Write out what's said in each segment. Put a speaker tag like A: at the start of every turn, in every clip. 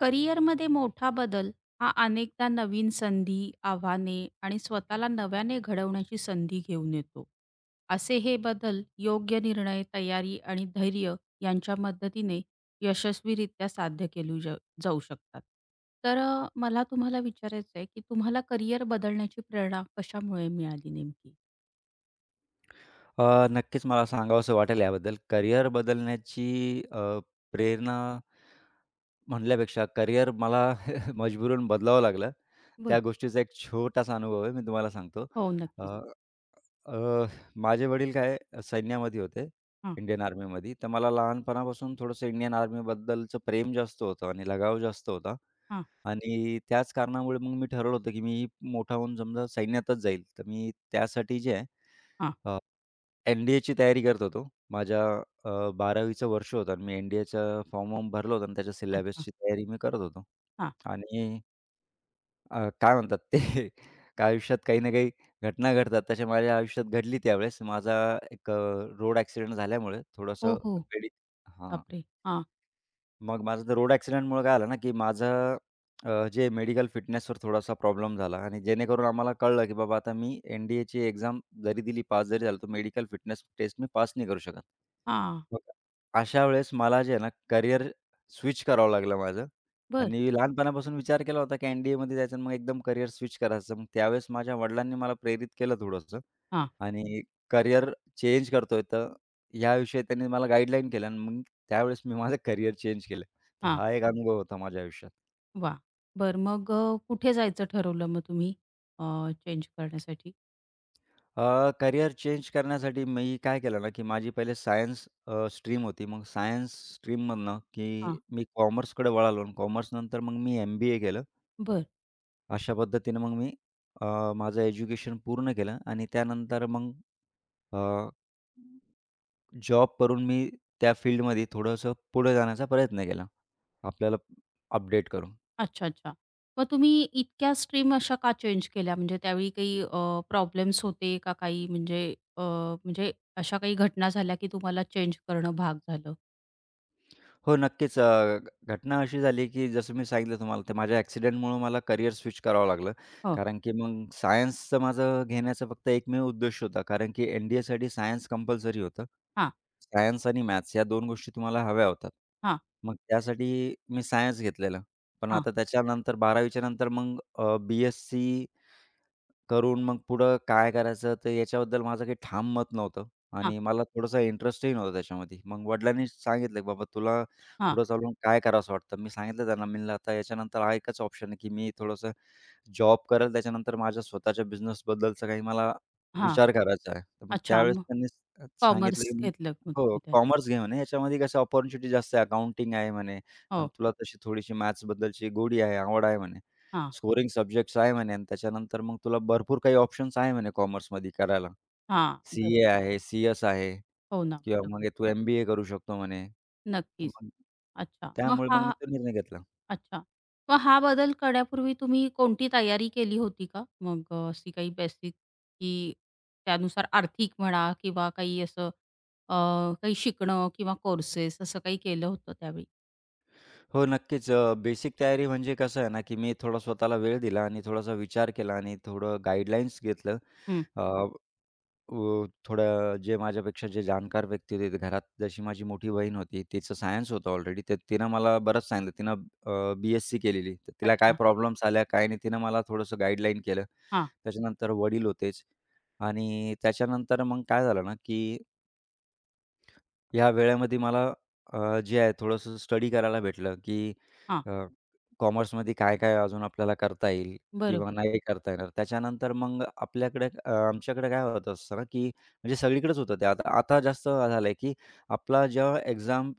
A: करिअरमध्ये मोठा बदल हा अनेकदा नवीन संधी, आव्हाने आणि स्वतःला नव्याने घडवण्याची संधी घेऊन येतो. असे हे बदल योग्य निर्णय, तयारी आणि धैर्य यांच्या मदतीने यशस्वीरित्या साध्य केली जाऊ शकतात. तर मला तुम्हाला विचारायचं आहे की तुम्हाला करिअर बदलण्याची प्रेरणा कशामुळे मिळाली नेमकी?
B: नक्कीच मला सांगावसं वाटेल याबद्दल. करिअर बदलण्याची प्रेरणा म्हणल्यापेक्षा करिअर मला मजबुरीनं बदलावं लागलं.
A: बर
B: त्या गोष्टीचा एक छोटासा अनुभव आहे, मी तुम्हाला सांगतो.
A: हो,
B: अ,
A: नक्कीच.
B: अ, माझे वडील काय सैन्यामध्ये होते,
A: हां,
B: इंडियन आर्मीमध्ये. तर मला लहानपणापासून थोडंसं इंडियन आर्मीबद्दलचं प्रेम जास्त होतं आणि लगाव जास्त होता.
A: हां,
B: आणि त्याच कारणामुळे मग मी ठरवलं होतं, की मी मोठा होऊन समजा सैन्यातच जाईल. तर मी त्यासाठी जे आहे
A: हां.
B: एन-डी-एची तयारी करत होतो. माझ्या 12वीचं वर्ष होतं आणि मी फॉर्म-वॉर्म भरला होता आणि त्याच्या
A: अच्छा.
B: सिलेबसची तयारी मी करत होतो.
A: हां.
B: आणि काय म्हणतात ते का आयुष्यात काही ना काही घटना घडतात. तशा माझ्या आयुष्यात घडली त्यावेळेस. माझा एक रोड ॲक्सिडेंट झाल्यामुळे
A: हो
B: थोडंसं
A: हो
B: वेळी हां.
A: बापरे! हां,
B: मग माझं ते रोड ॲक्सिडेंटमुळं काय झालं ना, की माझं जे मेडिकल फिटनेसवर थोडासा प्रॉब्लेम झाला आणि जेणेकरून आम्हाला कळलं, की बाबा आता मी एन-डी-एची एक्झाम जरी दिली, पास जरी झालो, तर मेडिकल फिटनेस टेस्ट मी पास नाही करू शकत.
A: हां.
B: मग अशा वेळेस मला जे आहे ना, करियर स्विच करावं लागलं माझं
A: बरं.
B: आणि लहानपणापासून विचार केला होता, की एन-डी-एमध्ये जायचं आणि मग एकदम करियर स्विच करायचं. मग त्यावेळेस माझ्या वडिलांनी मला प्रेरित केलं थोडंसं.
A: हां,
B: आणि करियर चेंज करतोय, तर याविषयी त्यांनी मला गाईडलाईन केलं आणि मग त्यावेळेस मी माझं करियर चेंज केलं. तर
A: हां.
B: हा एक अनुभव होता माझ्या आयुष्यात.
A: वाह! बर मग कुठे जायचं ठरवलं मग तुम्ही अ, चेंज करण्यासाठी?
B: करियर चेंज करण्यासाठी मी काय केलं ना, की माझी पहिले सायन्स स्ट्रीम होती. मग सायन्स स्ट्रीममधनं की
A: हां,
B: मी कॉमर्सकडे वळालो आणि कॉमर्सनंतर मग मी एम-बी-ए केलं.
A: बर,
B: अशा पद्धतीने मग मी अ, माझं एज्युकेशन पूर्ण केलं आणि त्यानंतर मग जॉब करून मी त्या फील्डमध्ये थोडंसं पुढे जाण्याचा प्रयत्न केला. आपल्याला अपडेट करून.
A: अच्छा, अच्छा. मग तुम्ही इतक्या स्ट्रीम अशा का चेंज केल्या? म्हणजे त्यावेळी काही प्रॉब्लेम्स होते का काही म्हणजे अ, म्हणजे अशा काही घटना झाल्या की तुम्हाला चेंज करणं भाग झालं?
B: हो, नक्कीच. घटना अशी झाली, की जसं मी सांगितलं तुम्हाला ते माझ्या ॲक्सिडेंटमुळं मला करियर स्विच करावं लागलं.
A: हो.
B: कारण की मग सायन्सचं माझं घेण्याचा फक्त एकमेव उद्देश होता. कारण की एन-डी-एसाठी सायन्स कंपल्सरी होतं.
A: हां,
B: सायन्स आणि मॅथ्स या 2 गोष्टी तुम्हाला हव्या होतात.
A: हां,
B: मग त्यासाठी मी सायन्स घेतलेलं. पण
A: हां,
B: आता त्याच्यानंतर 12वीच्या नंतर मग बी-एससी करून मग पुढं काय करायचं तर याच्याबद्दल माझं काही ठाम मत नव्हतं
A: हां,
B: आणि मला थोडासा इंटरेस्टही नव्हता त्याच्यामध्ये. मग वडिलांनी सांगितलं, की "बाबा तुला
A: हां,
B: पुढं चालून काय करावसं वाटतं?" मी सांगितलं त्यांना, मी म्हणलं, "आता याच्यानंतर हा एकच ऑप्शन आहे, की मी थोडंसं जॉब करेल, त्याच्यानंतर माझ्या स्वतःच्या बिझनेसबद्दलचा काही मला
A: हां.
B: विचार करायचा आहे." तर मग
A: अच्छा
B: त्यावेळेस
A: मग
B: त्यांनी सांगितलं,
A: कॉमर्स
B: की "मी"
A: घेतलं मग
B: हो,
A: तुम्ही त्यात.
B: "कॉमर्स घे म्हणे, याच्यामध्ये कसं अपॉर्च्युनिटी जास्त आहे, अकाउंटिंग आहे म्हणे आणि
A: हो.
B: तुला तशी थोडीशी मॅथ्सबद्दलची गोडी आहे, आवड आहे म्हणे."
A: हां,
B: स्कोरिंग सब्जेक्ट्स आहे म्हणे आणि त्याच्यानंतर मग तुला भरपूर काही ऑप्शन्स आहे म्हणे कॉमर्समध्ये करायला.
A: हां. बरोबर.
B: सी-ए आहे, सीएस आहे
A: हो ना,
B: किंवा मग
A: बरोबर.
B: तू एम करू शकतो म्हणे. तर
A: नक्कीच.
B: मग
A: अच्छा. मग
B: त्यामुळे
A: हा
B: मग मी तो निर्णय घेतला.
A: अच्छा. मग हा बदल करण्यापूर्वी तुम्ही कोणती तयारी केली होती का? मग अशी काही बेसिक की त्यानुसार आर्थिक म्हणा किंवा काही असं काही शिकणं किंवा कोर्सेस असं काही केलं होतं त्यावेळी?
B: हो, नक्कीच. बेसिक तयारी म्हणजे कसं आहे ना, की मी थोडा स्वतःला वेळ दिला आणि थोडासा विचार केला आणि थोडं गाईडलाईन्स घेतलं.
A: हं.
B: अ अ, थोडं जे माझ्यापेक्षा जे जाणकार व्यक्ती होते, ते घरात जशी माझी मोठी बहीण होती, तिचं सायन्स होतं ऑलरेडी, तर तिनं मला बरंच सांगितलं. तिनं बी-एससी केलेली, तर तिला काय
A: अच्छा.
B: प्रॉब्लेम्स आल्या, काय नाही, तिनं मला थोडंसं गाईडलाईन केलं.
A: हां,
B: त्याच्यानंतर वडील होतेच आणि त्याच्यानंतर मग काय झालं ना, की या वेळेमध्ये मला जे आहे थोडंसं स्टडी करायला भेटलं, की
A: हां.
B: अ, कॉमर्समध्ये काय-काय अजून आपल्याला करता येईल किंवा
A: बरोबर.
B: नाही करता येणार. त्याच्यानंतर मग आपल्याकडे आमच्याकडे काय होत असतं ना, की म्हणजे सगळीकडेच होतं ते. आता आता जास्त झालंय, की आपला जेव्हा एक्झाम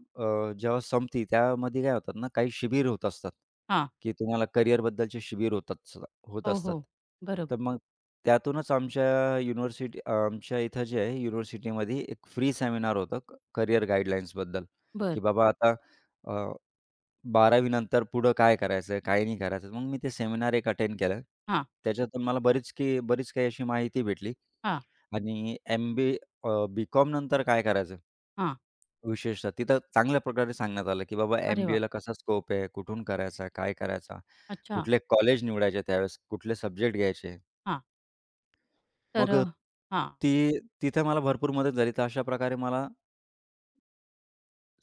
B: संपती त्यामध्ये काय होतात ना, काही शिबिर होत असतात,
A: हां.
B: की तुम्हाला करिअरबद्दलचे शिबिर होत
A: हो,
B: असतात.
A: हो. बरोबर.
B: तर मग त्यातूनच आमच्या इथं जे आहे युनिव्हर्सिटीमध्ये एक फ्री सेमिनार होतं करियर गाईडलाईन्सबद्दल,
A: बरं.
B: की बाबा आता अ, 12वी नंतर पुढं काय करायचं, काय नाही करायचं. मग मी ते सेमिनार एक अटेंड केलं.
A: हां,
B: त्याच्यातून मला बरीच काही अशी माहिती भेटली.
A: हां,
B: आणि बी-कॉम नंतर काय करायचं?
A: हां.
B: विशेषतः तिथं चांगल्या प्रकारे सांगण्यात आलं, की बाबा
A: अरे वाह!
B: एम-बी-एला कसा स्कोप आहे, कुठून करायचा, काय करायचा,
A: अच्छा.
B: कुठले कॉलेज निवडायचे त्यावेळेस, कुठले सब्जेक्ट घ्यायचे.
A: हां. तर
B: मग अ,
A: हां.
B: ती तिथे मला भरपूर मदत झाली. तर अशा प्रकारे मला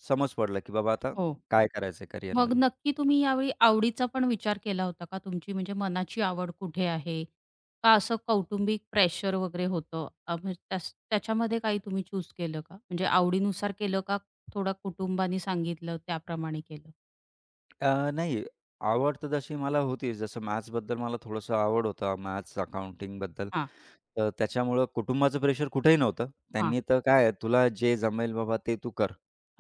B: समज पडलं, की बाबा आता
A: हो.
B: काय करायचं
A: मग
B: करिअरमध्ये.
A: नक्की तुम्ही यावेळी आवडीचा पण विचार केला होता का तुमची म्हणजे मनाची आवड कुठे आहे? का असं कौटुंबिक प्रेशर वगैरे होतं? म्हणजे त्याच्यामध्ये काही तुम्ही चूज केलं का? म्हणजे आवडीनुसार केलं का थोडं कुटुंबानी सांगितलं त्याप्रमाणे केलं?
B: नाही. आवड तर तशी मला होती. जसं मॅथ्सबद्दल मला थोडंसं आवड होतं, मॅथ्स, अकाउंटिंगबद्दल.
A: हां,
B: तर त्याच्यामुळं कुटुंबाचं प्रेशर कुठेही नव्हतं.
A: हां.
B: त्यांनी तर काय आहे, तुला जे जमेल बाबा ते तू कर.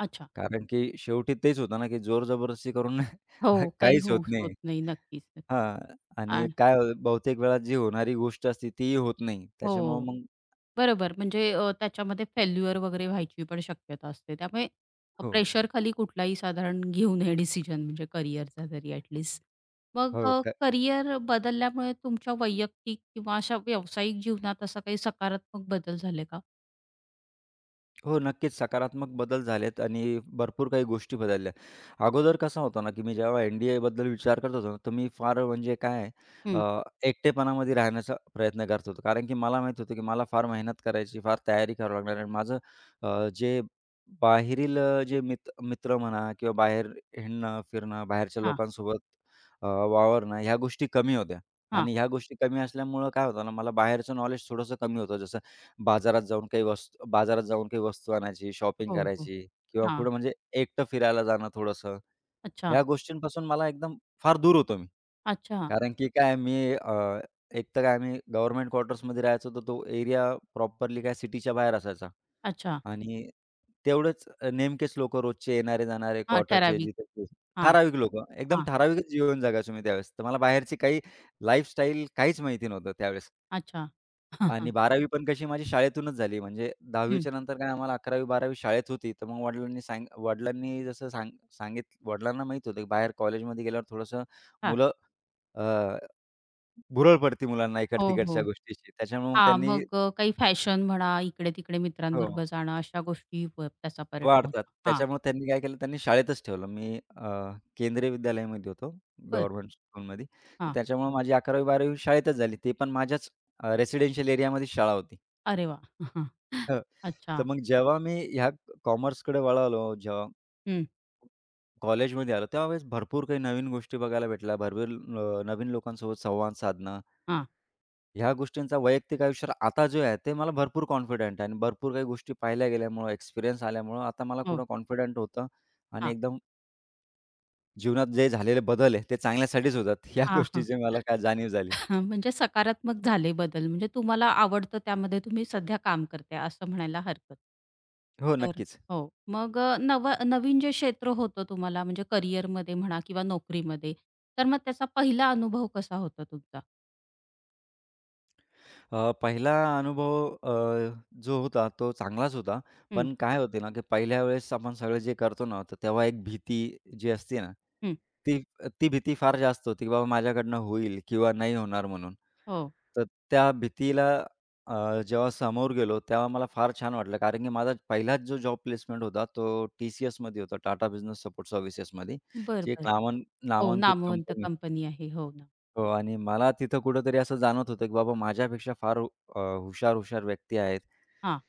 A: अच्छा.
B: कारण की शेवटी तेच होतं ना, की जोर जबरदस्ती करून
A: हो, काही
B: काहीच होत
A: होत
B: नाही.
A: नाही. नक्कीच, नक्कीच.
B: हां. आणि
A: आणि
B: बहुतेक वेळा जी होणारी गोष्ट असते तीही होत नाही. त्याच्यामुळं
A: हो.
B: मग
A: बरोबर. म्हणजे त्याच्यामध्ये फेल्युअर वगैरे व्हायची पण शक्यता असते. त्यामुळे
B: हो,
A: प्रेशरखाली कुठलाही साधारण घेऊ नये डिसिजन म्हणजे करिअरचा जरी ॲट मग
B: हो.
A: करिअर बदलल्यामुळे तुमच्या वैयक्तिक किंवा अशा व्यावसायिक जीवनात असा काही सकारात्मक बदल झाले का?
B: हो, नक्कीच सकारात्मक बदल झालेत आणि भरपूर काही गोष्टी बदलल्या. अगोदर कसं होतं ना, की मी जेव्हा एन-डी-एबद्दल विचार करत होतो ना, तर मी फार म्हणजे काय आहे
A: हं.
B: अ, एकटेपणामध्ये राहण्याचा प्रयत्न करत होतो. कारण की मला माहीत होतं, की मला फार मेहनत करायची, फार तयारी करावी लागणार आणि माझं जे बाहेरील जे मित्र म्हणा किंवा बाहेर हिंडणं, फिरणं, बाहेरच्या
A: हां,
B: लोकांसोबत वावरणं ह्या गोष्टी कमी होत्या
A: हां.
B: आणि ह्या गोष्टी कमी असल्यामुळं काय होतं ना, मला बाहेरचं नॉलेज थोडंसं कमी होतं. जसं बाजारात जाऊन काही वस्तू आणायची, शॉपिंग
A: हो, हो.
B: करायची किंवा
A: हां.
B: कुठं म्हणजे एकटं फिरायला जाणं थोडंसं.
A: अच्छा,
B: ह्या गोष्टींपासून मला एकदम फार दूर होतो मी.
A: अच्छा,
B: कारण की काय मी एक तर काय आम्ही गव्हर्नमेंट क्वार्टर्समध्ये राहायचो, तर तो एरिया प्रॉपरली काय सिटीच्या बाहेर असायचा
A: अच्छा.
B: आणि तेवढेच नेमकेच लोकं रोजचे येणारे-जाणारे
A: हां,
B: क्वार्टरचे
A: ठराविक.
B: जिथे
A: हां,
B: ठराविक लोकं. एकदम
A: हां.
B: ठराविकच जीवन जगायचो मी त्यावेळेस. तर मला बाहेरची काही लाईफस्टाईल काहीच माहिती नव्हतं त्यावेळेस.
A: अच्छा.
B: आणि
A: हां,
B: 12वी पण कशी माझी शाळेतूनच झाली. म्हणजे 10वीच्या नंतर काय आम्हाला 11वी-12वी शाळेत होती. तर मग वडिलांनी सांग वडिलांनी जसं सांग सांगित वडिलांना माहीत होतं की बाहेर कॉलेजमध्ये गेल्यावर थोडंसं
A: हां.
B: मुलं अ, भुरळ पडते मुलांना
A: हो,
B: इकड-तिकडच्या
A: हो.
B: गोष्टीची. त्याच्यामुळे मग
A: हां,
B: त्यांनी
A: मग काही फॅशन म्हणा, इकडे-तिकडे
B: हो,
A: मित्रांबरोबर जाणं, अशा गोष्टीवर त्याचा परिणाम
B: वाढतात.
A: होतो. हां,
B: त्याच्यामुळे त्यांनी काय केलं, त्यांनी शाळेतच ठेवलं. मी केंद्रीय विद्यालयामध्ये होतो,
A: बरं.
B: गव्हर्नमेंट स्कूलमध्ये. तर
A: हां.
B: त्याच्यामुळे माझी 11वी-12वी शाळेतच झाली. ते पण माझ्याच रेसिडेन्शियल एरियामध्ये शाळा होती.
A: अरे वाह!
B: हं. तर
A: अच्छा.
B: मग जेव्हा मी ह्या कॉमर्सकडे वळालो, जेव्हा
A: हं.
B: कॉलेजमध्ये आलो, त्यावेळेस भरपूर काही नवीन गोष्टी बघायला भेटल्या. भरपूर नवीन लोकांसोबत संवाद साधणं,
A: हां.
B: ह्या गोष्टींचा वैयक्तिक आयुष्यात आता जो आहे, ते मला भरपूर कॉन्फिडंट आहे आणि भरपूर काही गोष्टी पाहिल्या गेल्यामुळं, एक्सपिरियन्स आल्यामुळं आता मला
A: हो.
B: कुठं कॉन्फिडंट होतं आणि
A: हां.
B: एकदम जीवनात जे झालेले बदल आहे, ते चांगल्यासाठीच होतात. ह्या
A: हां, हां.
B: गोष्टीची मला काय जाणीव झाली.
A: म्हणजे सकारात्मक झाले बदल. म्हणजे तुम्हाला आवडतं त्यामध्ये तुम्ही सध्या काम करते असं म्हणायला हरकत
B: हो,
A: तर
B: नक्कीच.
A: हो. मग नवीन जे क्षेत्र होतं तुम्हाला म्हणजे करिअरमध्ये म्हणा किंवा नोकरीमध्ये, तर मग त्याचा पहिला अनुभव कसा होता तुमचा?
B: पहिला अनुभव जो होता, तो चांगलाच होता.
A: हं,
B: पण काय होते ना, की पहिल्या वेळेस आपण सगळं जे करतो ना, तर तेव्हा एक भीती जी असते ना
A: हं.
B: ती ती भीती फार जास्त होती, की बाबा माझ्याकडनं होईल किंवा नाही होणार म्हणून.
A: हो.
B: तर त्या भीतीला जेव्हा समोर गेलो, तेव्हा मला फार छान वाटलं. कारण की माझा पहिलाच जो जॉब प्लेसमेंट होता, तो टी-सी-एसमध्ये होता, टाटा बिझनेस सपोर्ट सर्व्हिसेसमध्ये,
A: बरं,
B: जी एक
A: बरं. हो,
B: नामांकित
A: नामवंत
B: कंपनी
A: कंपनी आहे. हो ना.
B: हो आणि मला तिथं कुठेतरी असं जाणवत होतं, की बाबा माझ्यापेक्षा फार अ, हुशार-हुशार व्यक्ती आहेत.
A: हां,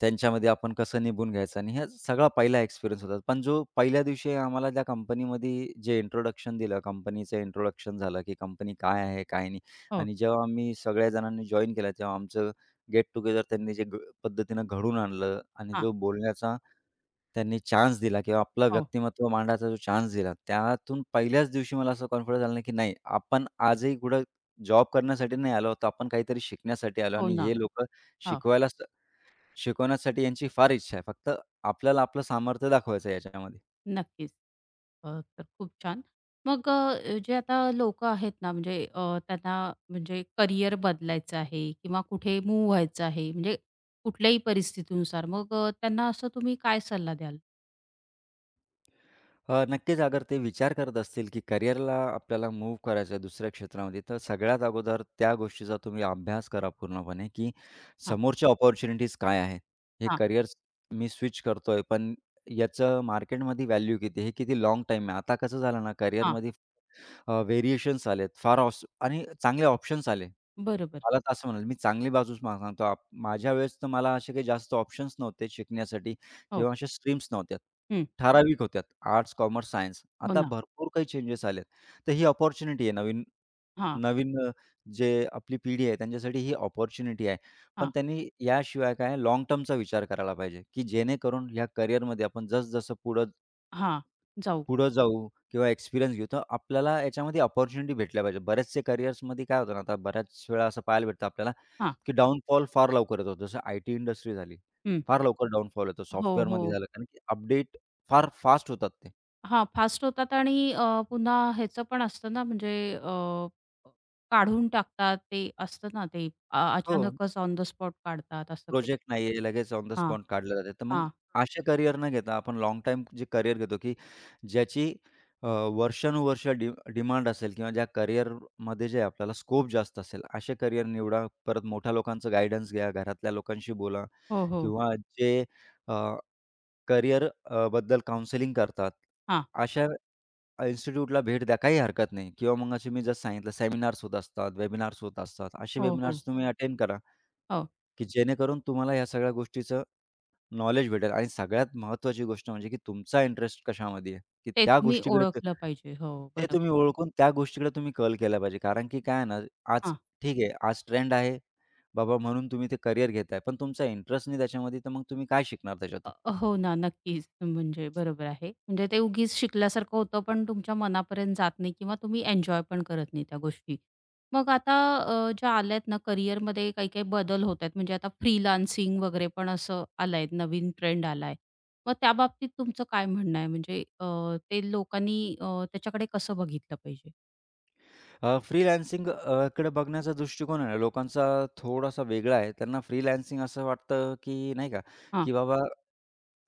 B: त्यांच्यामध्ये आपण कसं निभून घ्यायचं आणि हा सगळा पहिला एक्सपिरियन्स होता. पण जो पहिल्या दिवशी आम्हाला त्या कंपनीमध्ये जे इंट्रोडक्शन दिलं, कंपनीचं इंट्रोडक्शन झालं, की कंपनी काय आहे, काय नाही
A: हो,
B: आणि जेव्हा आम्ही सगळ्या जणांनी जॉइन केला, तेव्हा आमचं गेट टुगेदर त्यांनी जे पद्धतीनं घडवून आणलं आणि
A: हां,
B: जो बोलण्याचा त्यांनी चान्स दिला किंवा आपलं
A: हो,
B: व्यक्तिमत्व मांडायचा जो चान्स दिला, त्यातून पहिल्याच दिवशी मला असं कॉन्फिडन्स आला, की नाही आपण आजही कुठं जॉब करण्यासाठी नाही आलो आहोत, आपण काहीतरी शिकण्यासाठी आलो
A: हो
B: आणि
A: ना.
B: हे लोकं
A: हो,
B: शिकवायला शिकवण्यासाठी यांची फार इच्छा आहे. फक्त आपल्याला आपलं सामर्थ्य दाखवायचं आहे याच्यामध्ये.
A: नक्कीच. तर खूप छान. मग जे आता लोकं आहेत ना, म्हणजे त्यांना म्हणजे करियर बदलायचं आहे किंवा कुठे मूव्ह व्हायचं आहे, म्हणजे कुठल्याही परिस्थितीनुसार, मग त्यांना असं तुम्ही काय सल्ला द्याल?
B: नक्कीच अगर ते विचार करत असतील, की करिअरला आपल्याला मूव्ह करायचं आहे दुसऱ्या क्षेत्रामध्ये, तर सगळ्यात अगोदर त्या गोष्टीचा तुम्ही अभ्यास करा पूर्णपणे, की
A: हां,
B: समोरच्या अपॉर्च्युनिटीज काय आहेत? हे
A: हां,
B: करिअर मी स्विच करतोय, पण याचं मार्केटमध्ये व्हॅल्यू किती? हे किती लाँग टाईम आहे? आता कसं झालं ना
A: हां.
B: करिअरमध्ये व्हेरिएशन्स आलेत, फार ऑस आणि चांगले ऑप्शन्स आले.
A: बरोबर.
B: मला तर असं म्हणाल, मी चांगली बाजूच सांगतो. माझ्या वेळेस तर मला असे काही जास्त ऑप्शन्स नव्हते शिकण्यासाठी.
A: हो.
B: किंवा अशा स्ट्रीम्स नव्हत्या.
A: हं.
B: ठराविक होत्या. Arts, commerce, science.
A: हो
B: आता
A: ना.
B: भरपूर काही चेंजेस आलेत. तर ही अपॉर्च्युनिटी आहे नवीन
A: हां,
B: नवीन अ, जे आपली पिढी आहे त्यांच्यासाठी ही अपॉर्च्युनिटी आहे. पण
A: हां,
B: त्यांनी याशिवाय काय लाँग टर्मचा विचार करायला पाहिजे, की जेणेकरून ह्या करिअरमध्ये आपण जसं पुढं
A: हां. जाऊ.
B: पुढं जाऊ किंवा एक्सपिरियन्स घेऊ, तर आपल्याला याच्यामध्ये अपॉर्च्युनिटी भेटल्या पाहिजे. बरेचसे करिअर्समध्ये काय होतं ना, आता बऱ्याच वेळा असं पाहायला भेटतं आपल्याला
A: हां.
B: की डाउनफॉल फार लवकर येतो. जसं आयटी इंडस्ट्री झाली,
A: हं.
B: फार लवकर डाउनफॉल येतो
A: हो,
B: सॉफ्टवेअरमध्ये
A: हो.
B: झालं. कारण की अपडेट फार फास्ट होतात ते.
A: हां, फास्ट होतात आणि पुन्हा ह्याचं पण असतं ना म्हणजे अ, काढून टाकतात ते असतं ना ते
B: हो.
A: अचानकच ऑन द स्पॉट काढतात असं काही.
B: प्रोजेक्ट नाहीये, लगेच ऑन द
A: हां,
B: स्पॉट काढले जाते. तर मग
A: हां.
B: असे करियर न घेता आपण लॉंग टाईम जे करियर घेतो, की ज्याची अ, वर्षानुवर्ष डिमांड असेल किंवा ज्या करियरमध्ये जे आपल्याला स्कोप जास्त असेल, असे करियर निवडा. परत मोठ्या लोकांचं गाईडन्स घ्या, घरातल्या लोकांशी बोला
A: हो, हो.
B: किंवा जे अ करिअर बद्दल काउन्सिलिंग करतात.
A: हां.
B: अशा इन्स्टिट्यूटला भेट द्या, काही हरकत नाही किंवा मग असे मी जसं सांगितलं सेमिनार्स होत असतात, वेबिनार्स होत असतात. असे
A: हो, हो.
B: वेबिनार्स तुम्ही अटेंड करा,
A: हो.
B: की जेणेकरून तुम्हाला ह्या सगळ्या गोष्टीचं नॉलेज भेटेल आणि सगळ्यात महत्त्वाची गोष्ट म्हणजे की तुमचा इंटरेस्ट कशामध्ये आहे, की
A: ते
B: त्या
A: तुम्ही
B: गोष्टीकडे
A: ओळखलं पाहिजे. हो,
B: ते
A: बरोबर.
B: तुम्ही ओळखून त्या गोष्टीकडे तुम्ही कल केला पाहिजे. कारण की काय आहे ना, आज
A: हां.
B: ठीक आहे, आज ट्रेंड आहे बाबा म्हणून तुम्ही ते करिअर घेताय, पण तुमचा इंटरेस्ट नाही त्याच्यामध्ये, तर मग तुम्ही काय शिकणार
A: अ,
B: त्याच्यातून?
A: हो ना, नक्कीच. म्हणजे बरोबर आहे. म्हणजे ते उगीच शिकल्यासारखं होतं, पण तुमच्या मनापर्यंत जात नाही किंवा तुम्ही एन्जॉय पण करत नाही त्या गोष्टी. मग आता ज्या आल्या आहेत ना, करिअरमध्ये काही-काही बदल होत आहेत. म्हणजे आता फ्रीलान्सिंग वगैरे पण असं आलंय, नवीन ट्रेंड आलाय. मग त्याबाबतीत तुमचं काय म्हणणं आहे? म्हणजे ते लोकांनी त्याच्याकडे कसं बघितलं पाहिजे?
B: फ्रीलान्सिंग कडे बघण्याचा दृष्टिकोन आहे ना, लोकांचा थोडासा वेगळा आहे. त्यांना फ्रीलान्सिंग असं वाटतं, की नाही का,
A: हां,
B: की बाबा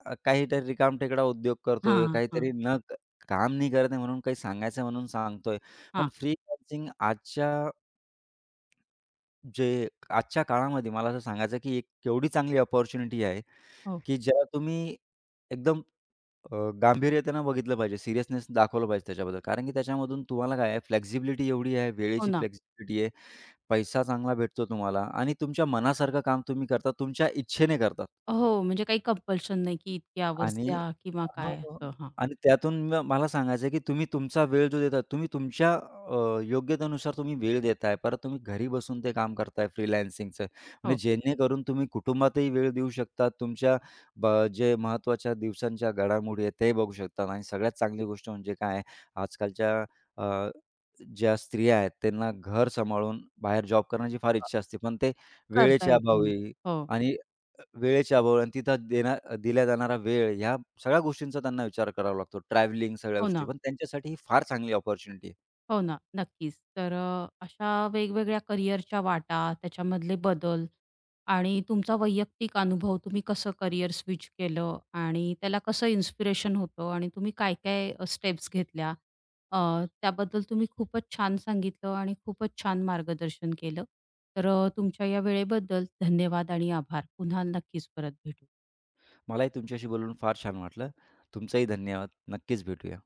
B: काहीतरी रिकामटेकडा उद्योग करतोय,
A: हां, हां,
B: काहीतरी न क काम नाही करत आहे म्हणून काही सांगायचं आहे म्हणून सांगतोय. पण
A: हां.
B: फ्रीलान्सिंग आजच्या काळामध्ये मला असं सांगायचं, की एक एवढी चांगली अपॉर्च्युनिटी आहे,
A: हो,
B: की ज्याला तुम्ही एकदम अ, गांभीर्य त्यांना बघितलं पाहिजे, सीरियसनेस दाखवलं पाहिजे त्याच्याबद्दल. कारण की त्याच्यामधून तुम्हाला काय आहे, फ्लेक्सिबिलिटी एवढी आहे,
A: हो
B: वेळेची
A: ना.
B: फ्लेक्सिबिलिटी आहे, पैसा चांगला भेटतो तुम्हाला आणि तुमच्या मनासारखं काम तुम्ही करता, तुमच्या इच्छेने करतात.
A: हो, म्हणजे काही कंपल्शन नाही, की इतके अवर्स
B: आणि
A: द्या किंवा
B: हां.
A: काय असं. हां,
B: आणि त्यातून मला सांगायचं आहे, की तुम्ही तुमचा वेळ जो देता, तुम्ही तुमच्या योग्यतेनुसार तुम्ही वेळ देताय. परत तुम्ही घरी बसून ते काम करताय फ्रीलान्सिंगचं. म्हणजे
A: हो.
B: जेणेकरून तुम्ही कुटुंबातही वेळ देऊ शकता. तुमच्या ब जे महत्त्वाच्या दिवसांच्या घडामोडी आहेत, ते बघू शकतात. आणि सगळ्यात चांगली गोष्ट म्हणजे काय आहे, आजकालच्या अ, ज्या स्त्रिया आहेत, त्यांना घर सांभाळून बाहेर जॉब करण्याची फार इच्छा असते. पण ते
A: करता
B: वेळेच्या
A: येत नाही.
B: अभावी
A: हो,
B: आणि वेळेच्या अभाव आणि तिथं देणार दिला जाणारा वेळ, ह्या सगळ्या गोष्टींचा त्यांना विचार करावा लागतो. ट्रॅव्हलिंग सगळ्या
A: हो
B: गोष्टी,
A: ना,
B: पण त्यांच्यासाठी ही फार चांगली अपॉर्च्युनिटी आहे.
A: हो ना, नक्कीच. तर अशा वेगवेगळ्या करिअरच्या वाटा, त्याच्यामधले बदल आणि तुमचा वैयक्तिक अनुभव, तुम्ही कसं करिअर स्विच केलं आणि त्याला कसं इन्स्पिरेशन होतं आणि तुम्ही काय-काय स्टेप्स घेतल्या, अ, त्याबद्दल तुम्ही खूपच छान सांगितलं आणि खूपच छान मार्गदर्शन केलं. तर तुमच्या या वेळेबद्दल धन्यवाद आणि आभार. पुन्हा नक्कीच परत भेटू.
B: मलाही तुमच्याशी बोलून फार छान वाटलं. तुमचाही धन्यवाद. नक्कीच भेटूया.